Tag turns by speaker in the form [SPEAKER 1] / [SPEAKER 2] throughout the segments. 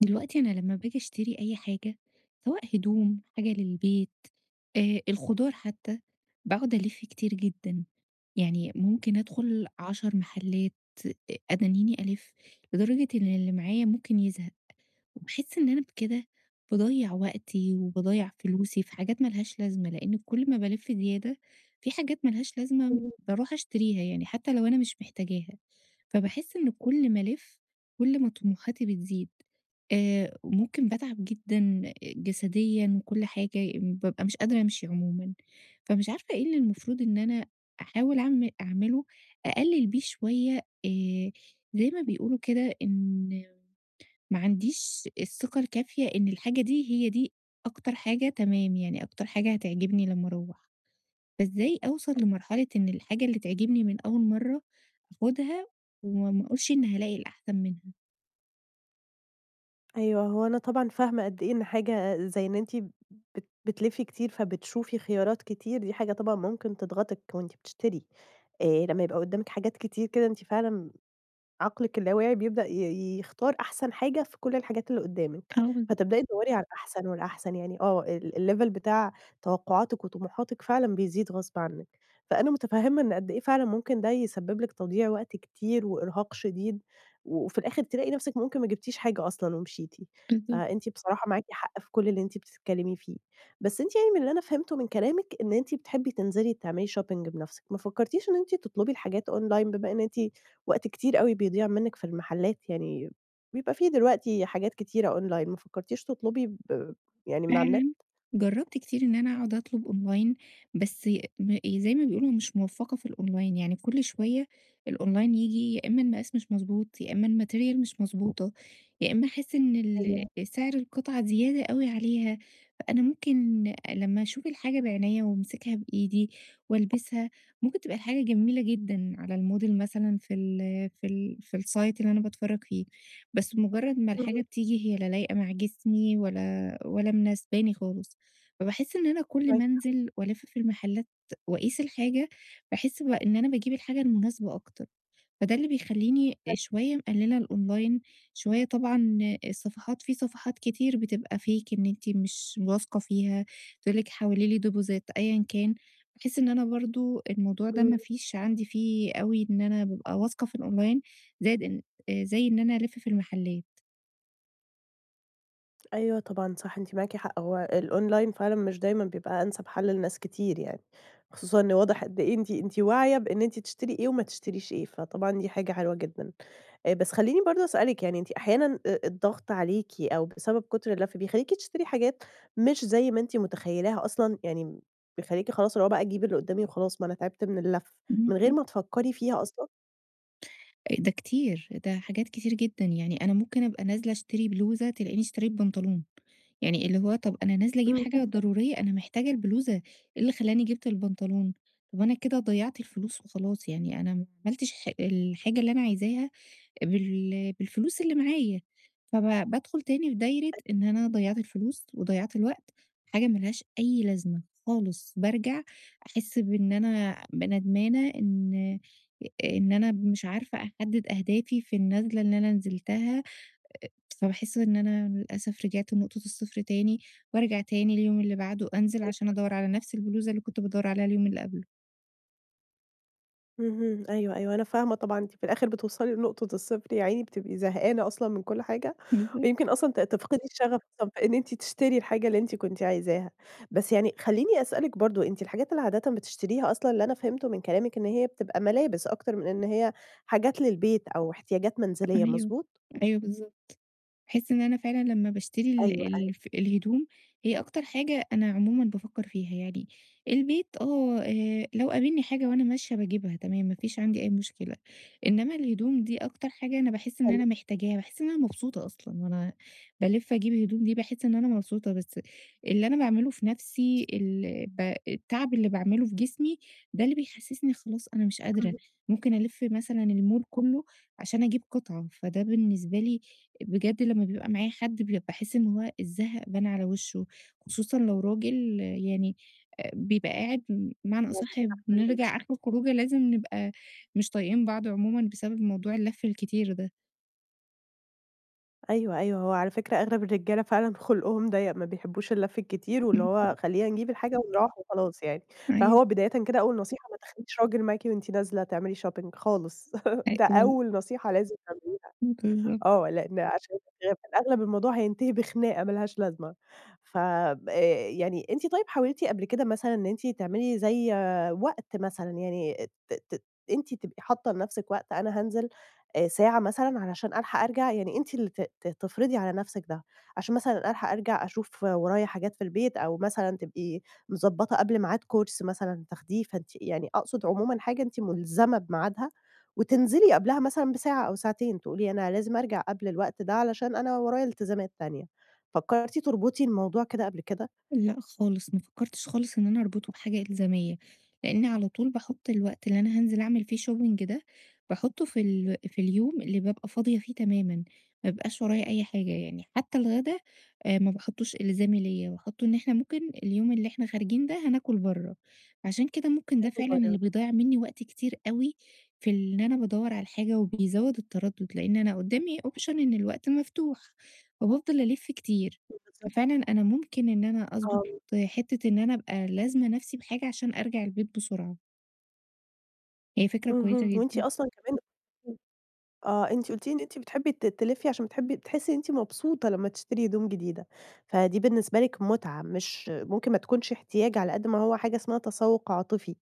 [SPEAKER 1] دلوقتي أنا لمّا باجي أشتري أي حاجة، سواء هدوم، حاجة للبيت، الخضار حتى، باقعد ألِف كتير جدًا، يعني ممكن أدخل 10 محلات أنانيني ألِف، لدرجة إن اللي معايا ممكن يزهق. باحس إن أنا بكده باضيّع وقتي وباضيّع فلوسي في حاجات ما لهاش لازمة، لإن كل ما بالِف زيادة في حاجات ما لهاش لازمة
[SPEAKER 2] إمم،
[SPEAKER 1] باروح أشتريها يعني حتى لو أنا مش محتاجاها، فباحس إن كل ما ألِف كل ما طموحاتي بتزيد، ممكن باتعب جدًا جسديًا وكل حاجة، بابقى مش قادرة أمشي عمومًا، فمش عارفة إيه اللي المفروض إن أنا أحاول أعمله أقلل بيه شوية. آآ زي ما بيقولوا كده إن ما عنديش الثقة الكافية إن الحاجة دي هي دي أكتر حاجة تمام، يعني أكتر حاجة هتعجبني لمّا أروّح، فإزاي أوصل لمرحلة إن الحاجة اللي تعجبني من أول مرّة آخُدها وما أقولش إني هالاقي الأحسن منها؟
[SPEAKER 2] أيوه، هو أنا طبعًا فاهمة قد إيه إن حاجة زي إن أنتِ بتلفي كتير فبتشوفي خيارات كتير، دي حاجة طبعًا ممكن تضغطِك وأنتِ بتشتري، لمّا يبقى قدامِك حاجات كتير كده أنتِ فعلًا عقلِك اللاواعي بيبدأ يختار أحسن حاجة في كل الحاجات اللي قدّامِك،
[SPEAKER 1] آه بالضبط،
[SPEAKER 2] فتبدئي تدوّري على الأحسن والأحسن، يعني آه الlevel بتاع توقعاتِك وطموحاتِك فعلًا بيزيد غصب عنِّك، فأنا متفهّمة إن قد إيه فعلًا ممكن ده يسبب لِك تضييع وقت كتير وإرهاق شديد، وفي الآخر تلاقي نفسِك ممكن ما جبتيش حاجة أصلًا ومشيتِ،
[SPEAKER 1] بالضبط.
[SPEAKER 2] فأنتِ بصراحة معاكِ حق في كل اللي أنتِ بتتكلمي فيه، بس أنتِ يعني من اللي أنا فهمته من كلامِك إن أنتِ بتحبي تنزلي تعملي shopping بنفسِك، ما فكرتيش إن أنتِ تطلبي الحاجات online بما إن أنتِ وقت كتير أوي بيضيع منِّك في المحلات، يعني بيبقى في دلوقتي حاجات كتيرة أونلاين، ما فكّرتيش تطلبي يعني من على النت؟
[SPEAKER 1] فعلًا جرّبت كتير إن أنا أقعد أطلب أونلاين، بس ي- م زي ما بيقولوا مش موفّقة في الأونلاين، يعني كل شوية الأونلاين ييجي يا إمّا المقاس مش مضبوط، يا إمّا الmaterial مش مضبوطة، يا إمّا أحس إن
[SPEAKER 2] أيوه.
[SPEAKER 1] سعر القطعة زيادة أوي عليها. فأنا ممكن لمّا أشوف الحاجة بعينيّا وأمسكها بإيدي وألبسها، ممكن تبقى الحاجة جميلة جدًا على الmodel مثلًا في الsite اللي أنا باتفرّج فيه، بس مجرّد ما الحاجة
[SPEAKER 2] إمم،
[SPEAKER 1] بتيجي هي لا لايقة مع جسمي ولا مناسباني خالص، فباحس إن أنا كل ما
[SPEAKER 2] معاكِ
[SPEAKER 1] أنزل وألِف في المحلات وأقيس الحاجة، باحس بقى إن أنا باجيب الحاجة المناسبة أكتر. فده اللي بيخلّيني
[SPEAKER 2] حق،
[SPEAKER 1] شوية مقلّلة الأونلاين، شوية طبعًا الصفحات في صفحات كتير بتبقى fake إن أنتِ مش واثقة فيها، تقول لِك حولي لي deposit أيًا كان، باحس إن أنا برضه الموضوع ده
[SPEAKER 2] إمم،
[SPEAKER 1] ما فيش عندي فيه أوي إن أنا بابقى واثقة في الأونلاين، زائد إن آه، زي إن أنا ألِف في المحلات.
[SPEAKER 2] أيوه طبعًا صح، أنتِ معاكِ حق، هو الأونلاين فعلًا مش دايمًا بيبقى أنسب حل لناس كتير يعني، خصوصًا إن واضح قد إيه أنتِ واعية بإن أنتِ تشتري إيه وما تشتريش إيه، فطبعًا دي حاجة حلوة جدًا. بس خلّيني برضه أسألِك يعني أنتِ أحيانًا الضغط عليكِ أو بسبب كُتر اللَف بيخلّيكِ تشتري حاجات مش زي ما أنتِ متخيّلاها أصلًا، يعني بيخلّيكِ خلاص اللي هو بقى أجيب اللي قُدّامي وخلاص ما أنا تعبت من اللَف، من غير
[SPEAKER 1] اهم.
[SPEAKER 2] ما تفكّري فيها أصلًا؟
[SPEAKER 1] ده كتير، ده حاجات كتير جدًا، يعني أنا ممكن أبقى نازلة أشتري بلوزة تلاقيني اشتريت بنطلون، يعني اللي هو طَب أنا نازلة أجيب حاجة
[SPEAKER 2] إمم.
[SPEAKER 1] ضرورية، أنا محتاجة البلوزة، إيه اللي خلّاني جِبت البنطلون؟ طَب أنا كده ضيّعت الفلوس وخلاص، يعني أنا ما عملتش الحاجة اللي أنا عايزاها بالفلوس اللي معايا، فب بادخل تاني في دايرة إن أنا ضيّعت الفلوس وضيّعت الوقت، حاجة ما لهاش أي لازمة خالص، بارجع أحس بإن أنا ندمانة إن أنا مش عارفة أحدد أهدافي في النزلة اللي أنا نزلتها، فباحس إن أنا للأسف رجعت لنقطة الصفر تاني، وارجع تاني اليوم اللي بعده أنزل عشان أدوّر على نفس البلوزة اللي كنت بادوّر عليها اليوم اللي قبله.
[SPEAKER 2] اهم، أيوه، أيوه، أنا فاهمة طبعًا أنتِ في الآخر بتوصلي لنقطة الصفر يا عيني، بتبقي زهقانة أصلًا من كل حاجة،
[SPEAKER 1] بالضبط،
[SPEAKER 2] ويمكن أصلًا تفقدي الشغف أصلًا في إن أنتِ تشتري الحاجة اللي أنتِ كنتِ عايزاها. بس يعني خلّيني أسألِك برضه، أنتِ الحاجات اللي عادةً بتشتريها أصلًا اللي أنا فهمته من كلامِك إن هي بتبقى ملابس أكتر من إن هي حاجات للبيت أو احتياجات منزلية،
[SPEAKER 1] أيوه،
[SPEAKER 2] مضبوط؟
[SPEAKER 1] أيوه بالضبط. باحس إن أنا فعلًا لمّا باشتري ال
[SPEAKER 2] أيوه، أيوه،
[SPEAKER 1] الف الهدوم، هي أكتر حاجة أنا عمومًا بافكّر فيها يعني، البيت آه، لو قابلني حاجة وأنا ماشية باجيبها تمام، ما فيش عندي أي مشكلة، إنّما الهدوم دي أكتر حاجة أنا باحس إن
[SPEAKER 2] حلو،
[SPEAKER 1] أنا محتاجاها، باحس إن أنا مبسوطة أصلًا وأنا بالِف أجيب هدوم دي باحس إن أنا مبسوطة، بس اللي أنا باعمله في نَفْسي ال ب التعب اللي باعمله في جسمي، ده اللي بيحسّسني خلاص أنا مش قادرة،
[SPEAKER 2] اهم،
[SPEAKER 1] ممكن ألِف مثلًا المول كُلّه عشان أجيب قطعة، فده بالنسبة لي بجد لمّا بيبقى معايا حد ب باحس إن هو الزهق بان على وشه، خصوصًا لو راجل يعني بيبقى قاعد بمعنى
[SPEAKER 2] ما
[SPEAKER 1] أصح بنرجع
[SPEAKER 2] بتستحملوش.
[SPEAKER 1] آخر الخروجة لازم نبقى مش طايقين بعض عمومًا بسبب موضوع اللَف الكتير ده.
[SPEAKER 2] أيوه، أيوه، هو على فكرة أغلب الرجالة فعلًا خُلقهم ضيّق، ما بيحبّوش اللَف الكتير، واللي
[SPEAKER 1] اهم،
[SPEAKER 2] هو خلّينا نجيب الحاجة ونروّح وخلاص يعني،
[SPEAKER 1] أيوه،
[SPEAKER 2] فهو بدايةً كده أول نصيحة ما تاخديش راجل معاكِ وأنتِ نازلة تعملي shopping خالص، ده أول نصيحة لازم تعمليها.
[SPEAKER 1] أيوه، بالضبط.
[SPEAKER 2] آه، لإن عشان في الأغلب الموضوع هينتهي بخناقة ما لهاش لازمة. ف ب يعني أنتِ طيب حاولتِ قبل كده مثلًا إن أنتِ تعملي زي آه، وقت مثلًا يعني ت ت أنتِ تبقي حاطة لنفسِك وقت أنا هانزل ساعة مثلًا علشان ألحق أرجع، يعني أنتِ اللي ت ت تفرضي على نفسِك ده، عشان مثلًا ألحق أرجع أشوف ورايا حاجات في البيت أو مثلًا تبقي مضبّطة قبل ميعاد كورس مثلًا تاخديه، فأنتِ يعني أقصد عمومًا حاجة أنتِ ملزمة بميعادها. وتنزلي قبلها مثلًا بساعة أو ساعتين، تقولي أنا لازم أرجع قبل الوقت ده علشان أنا ورايا التزامات تانية. فكرتِ تربطي الموضوع كده قبل كده؟
[SPEAKER 1] لأ خالص، ما فكّرتش خالص إن أنا أربطه بحاجة إلزامية، لإني على طول باحُط الوقت اللي أنا هانزل أعمل فيه shopping ده، باحُطّه في اليوم اللي بابقى فاضية فيه تمامًا، ما بيبقاش ورايا أي حاجة يعني، حتى الغدا ما باحطّوش إلزامي ليّا، باحُطّه إن إحنا ممكن اليوم اللي إحنا خارجين ده هناكل برّه، عشان كده ممكن ده
[SPEAKER 2] ناكل
[SPEAKER 1] فعلًا
[SPEAKER 2] برّه.
[SPEAKER 1] اللي بيضيّع منّي وقت كتير أوي في إن أنا بادوّر على الحاجة وبيزوّد التردُّد، لإن أنا قُدّامي option إن الوقت مفتوح، فبافضل ألِف كتير.
[SPEAKER 2] بالضبط،
[SPEAKER 1] فعلًا أنا ممكن إن أنا أضبط
[SPEAKER 2] آه.
[SPEAKER 1] حتّة إن أنا أبقى لازمة نَفْسي بحاجة عشان أرجع البيت بسرعة، هي فكرة كويسة
[SPEAKER 2] اهم. وأنتِ
[SPEAKER 1] جدًا.
[SPEAKER 2] أصلًا كمان آه، أنتِ قُلتِ لي إن أنتِ بتحبي تلفّي عشان بتحبي بتحسّي إن أنتِ مبسوطة لمّا تشتري هدوم جديدة، فدي بالنسبة لِك مُتعة مش ممكن ما تكونش احتياج على قد ما هو حاجة اسمها تسوُّق عاطفي،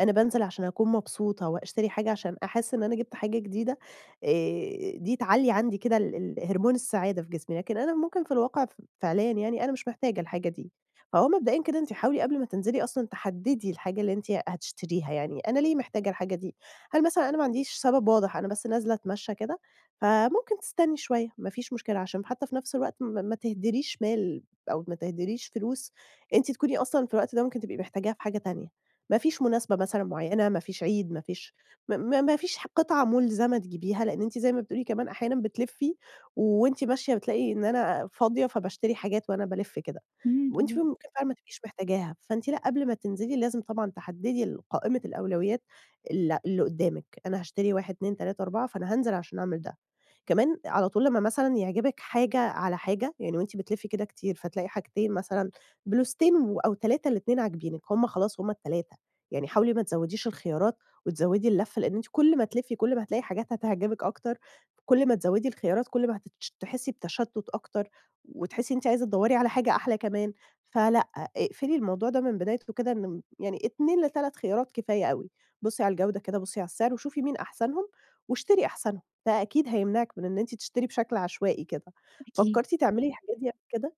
[SPEAKER 2] أنا بانزل عشان أكون مبسوطة وأشتري حاجة عشان أحس إن أنا جِبت حاجة جديدة، دي تعلّي عندي كده ال ال هرمون السعادة في جسمي، لكن أنا ممكن في الواقع فعليًا يعني أنا مش محتاجة الحاجة دي، فهو مبدئيًا كده أنتِ حاولي قبل ما تنزلي أصلًا تحدّدي الحاجة اللي أنتِ هتشتريها، يعني أنا ليه محتاجة الحاجة دي؟ هل مثلًا أنا ما عنديش سبب واضح، أنا بس نازلة أتمشى كده، فممكن تستني شوية، ما فيش مشكلة، عشان حتى في نفس الوقت ما ما تهدريش مال أو ما تهدريش فلوس أنتِ تكوني أصلًا في الوقت ده ممكن تبقي محتاجاها في حاجة تانية. ما فيش مناسبة مثلًا معينة، ما فيش عيد، ما فيش قطعة ملزمة تجيبيها، لإن أنتِ زي ما بتقولي كمان أحيانًا بتلفي وأنتِ ماشية بتلاقي إن أنا فاضية، فباشتري حاجات وأنا بالِف كده،
[SPEAKER 1] إمم
[SPEAKER 2] وأنتِ
[SPEAKER 1] بالضبط،
[SPEAKER 2] ممكن فعلًا ما تبقيش محتاجاها. فأنتِ لأ، قبل ما تنزلي لازم طبعًا تحددي ال قائمة الأولويات اللي قدّامِك، أنا هاشتري 1، 2، 3، 4 فأنا هانزل عشان أعمل ده. كمان على طول لمّا مثلًا يعجبِك حاجة على حاجة، يعني وأنتِ بتلفّي كده كتير فتلاقي حاجتين مثلًا بلوزتين و أو 3 الاتنين عاجبينِك، هم خلاص هم ال3 يعني حاولي ما تزوّديش الخيارات وتزوّدي اللفّة، لإن أنتِ كل ما تلفّي كل ما هتلاقي حاجات هتعجبِك أكتر، كل ما تزوّدي الخيارات كل ما تحسّي بتشتُّت أكتر، وتحسّي إن أنتِ عايزة تدوّري على حاجة أحلى كمان، فلأ، اقفلي الموضوع ده من بدايته كده إن يعني 2 ل3 خيارات كفاية أوي. بُصّي على الجودة كده، بُصّي على السعر، وشوفي مين أحسنهم، واشتري أحسنهم، ده أكيد هيمنعِك من إن أنتِ تشتري بشكل عشوائي كده.
[SPEAKER 1] أكيد.
[SPEAKER 2] فكّرتِ تعملي الحاجات دي قبل كده؟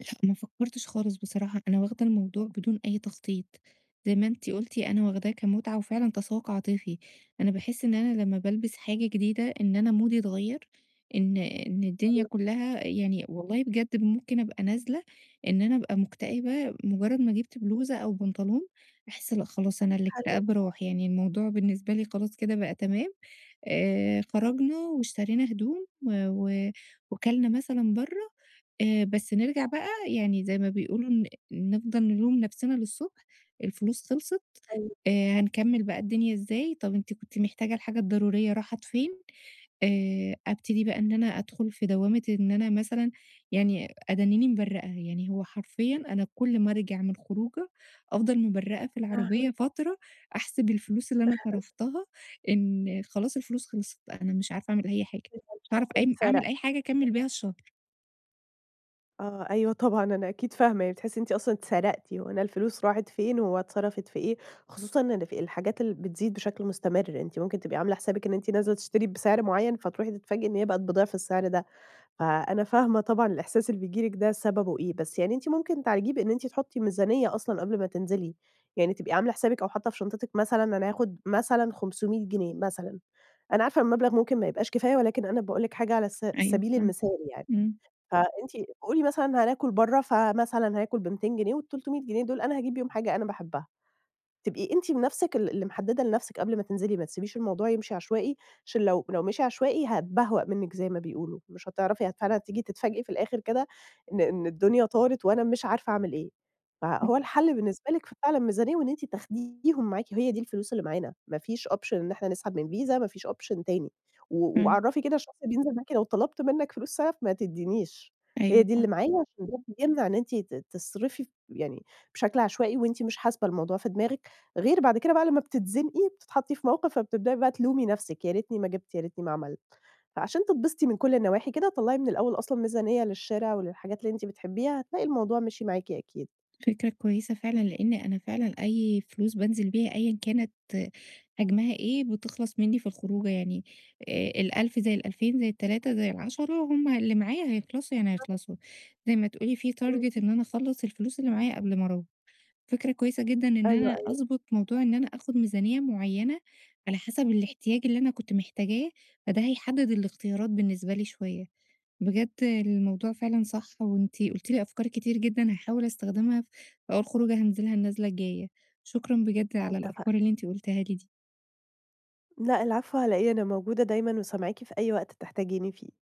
[SPEAKER 1] لأ، ما فكّرتش خالص بصراحة، أنا واخدة الموضوع بدون أي تخطيط، زي ما أنتِ قُلتِ أنا واخداه كمتعة وفعلًا تسوّق عاطفي، أنا باحس إن أنا لمّا بالبس حاجة جديدة إن أنا مودي اتغيّر، إن الدنيا
[SPEAKER 2] أيوه،
[SPEAKER 1] كلّها يعني والله بجد ممكن أبقى نازلة إن أنا أبقى مكتئبة، مجرّد ما جِبت بلوزة أو بنطلون أحس لأ خلاص أنا
[SPEAKER 2] حلو
[SPEAKER 1] الاكتئاب راح، يعني الموضوع بالنسبة لي خلاص كده بقى تمام. خرجنا واشترينا هدوم وكَلنا مثلًا برّه، بس نرجع بقى يعني زي ما بيقولوا نفضل نلوم نَفْسنا للصبح، الفلوس خلصت،
[SPEAKER 2] أيوه،
[SPEAKER 1] هنكمّل بقى الدنيا إزاي، طَب أنتِ كنتِ محتاجة الحاجة الضرورية راحت فين؟ أبتدي بقى إن أنا أدخل في دوّامة إن أنا مثلًا يعني أدَنِّني مبرّقة، يعني هو حرفيًا أنا كل ما أرجع من خروجة أفضل مبرّقة في العربية فترة، أحسب الفلوس اللي أنا صرفتها إن خلاص الفلوس خلصت، أنا مش عارفة أعمل أي حاجة، مش هاعرف أعمل
[SPEAKER 2] اتسرق،
[SPEAKER 1] أي حاجة أكمّل بيها الشهر.
[SPEAKER 2] آه، أيوه طبعًا، أنا أكيد فاهمة، يعني بتحسّي إن أنتِ أصلًا اتسرقتِ، هو أنا الفلوس راحت فين، هو اتصرفت في إيه، خصوصًا إن في الحاجات اللي بتزيد بشكل مستمر، أنتِ ممكن تبقي عاملة حسابِك إن أنتِ نازلة تشتري بسعر معيّن، فتروحي تتفاجئي إن هي بقت بضِعف السعر ده. فأنا فاهمة طبعًا الإحساس اللي بييجي لِك ده سببه إيه، بس يعني أنتِ ممكن تعالجيه بإن أنتِ تحطّي ميزانية أصلًا قبل ما تنزلي، يعني تبقي عاملة حسابِك أو حاطة في شنطتِك مثلًا أنا هاخد مثلًا 500 جنيه مثلًا، أنا عارفة المبلغ ممكن ما يبقاش كفاية ولكن أنا باقول لِك حاجة على س
[SPEAKER 1] أيوه
[SPEAKER 2] سبيل
[SPEAKER 1] فعلًا،
[SPEAKER 2] المثال يعني،
[SPEAKER 1] إمم،
[SPEAKER 2] فأنتِ قولي مثلًا هناكل برّه، فمثلًا هاكل ب200 جنيه وال300 جنيه دول أنا هاجيب بيهم حاجة أنا باحبها. تبقي أنتِ بنفسِك اللي محددة لنفسِك قبل ما تنزلي، ما تسيبيش الموضوع يمشي عشوائي، عشان لو مشي عشوائي هيتبهوأ منِك زي ما بيقولوا، مش هتعرفي فعلًا هتيجي تتفاجئي في الآخر كده إن إن الدنيا طارت وأنا مش عارفة أعمل إيه.
[SPEAKER 1] صح
[SPEAKER 2] فهو الحل بالنسبة لِك فعلًا ميزانية وإن أنتِ تاخديهم معاكِ، هي دي الفلوس اللي معانا، ما فيش option إن إحنا نسحب من فيزا، ما فيش option تاني، و
[SPEAKER 1] فعلًا،
[SPEAKER 2] وعرّفي كده الشخص اللي بينزل معاكِ لو طلبت منِك فلوس سلف ما تدينيش، هي
[SPEAKER 1] أيوه
[SPEAKER 2] دي
[SPEAKER 1] صح.
[SPEAKER 2] اللي معايا عشان ده بيمنع إن أنتِ تصرفي يعني بشكل عشوائي وأنتِ مش حاسبة الموضوع في دماغِك. غير بعد كده بقى لمّا بتتزنقي، بتتحطّي في موقِف فبتبدئي بقى تلومي نَفْسِك، يا ريتني ما جِبت، يا ريتني ما عملت. فعشان تتبسطي من كل النواحي كده، طلّعي من الأول أصلًا ميزانية للشِرا وللحاجات اللي أنتِ بتحبّيها، هتلاقي الموضوع مشي معاكِ أكيد.
[SPEAKER 1] فكرة كويسة فعلًا، لإن أنا فعلًا أي فلوس بانزل بيها أيًا كانت حجمها إيه، بتخلص منّي في الخروجة يعني ال1000 زي ال2000 زي ال3 زي ال10 هم اللي معايا هيخلصوا يعني هيخلصوا، زي ما تقولي في target
[SPEAKER 2] اهم.
[SPEAKER 1] إن أنا أخلّص الفلوس اللي معايا قبل ما أروّح. فكرة كويسة جدًا إن
[SPEAKER 2] أيوه،
[SPEAKER 1] أنا
[SPEAKER 2] أيوه.
[SPEAKER 1] أضبط موضوع إن أنا آخُد ميزانية معيّنة على حسب الاحتياج اللي أنا كنت محتاجاه، فده هيحدد الاختيارات بالنسبة لي شوية. بجد الموضوع فعلًا صح وأنتِ قُلتِ لي أفكار كتير جدًا هاحاول أستخدمها في أول خروجة هانزلها النازلة الجاية. شكرًا بجد على
[SPEAKER 2] اتفقنا.
[SPEAKER 1] الأفكار اللي أنتِ قُلتيها لي دي.
[SPEAKER 2] لأ العفو على إيه، أنا موجودة دايمًا وسامعاكِ في أي وقت تحتاجيني فيه.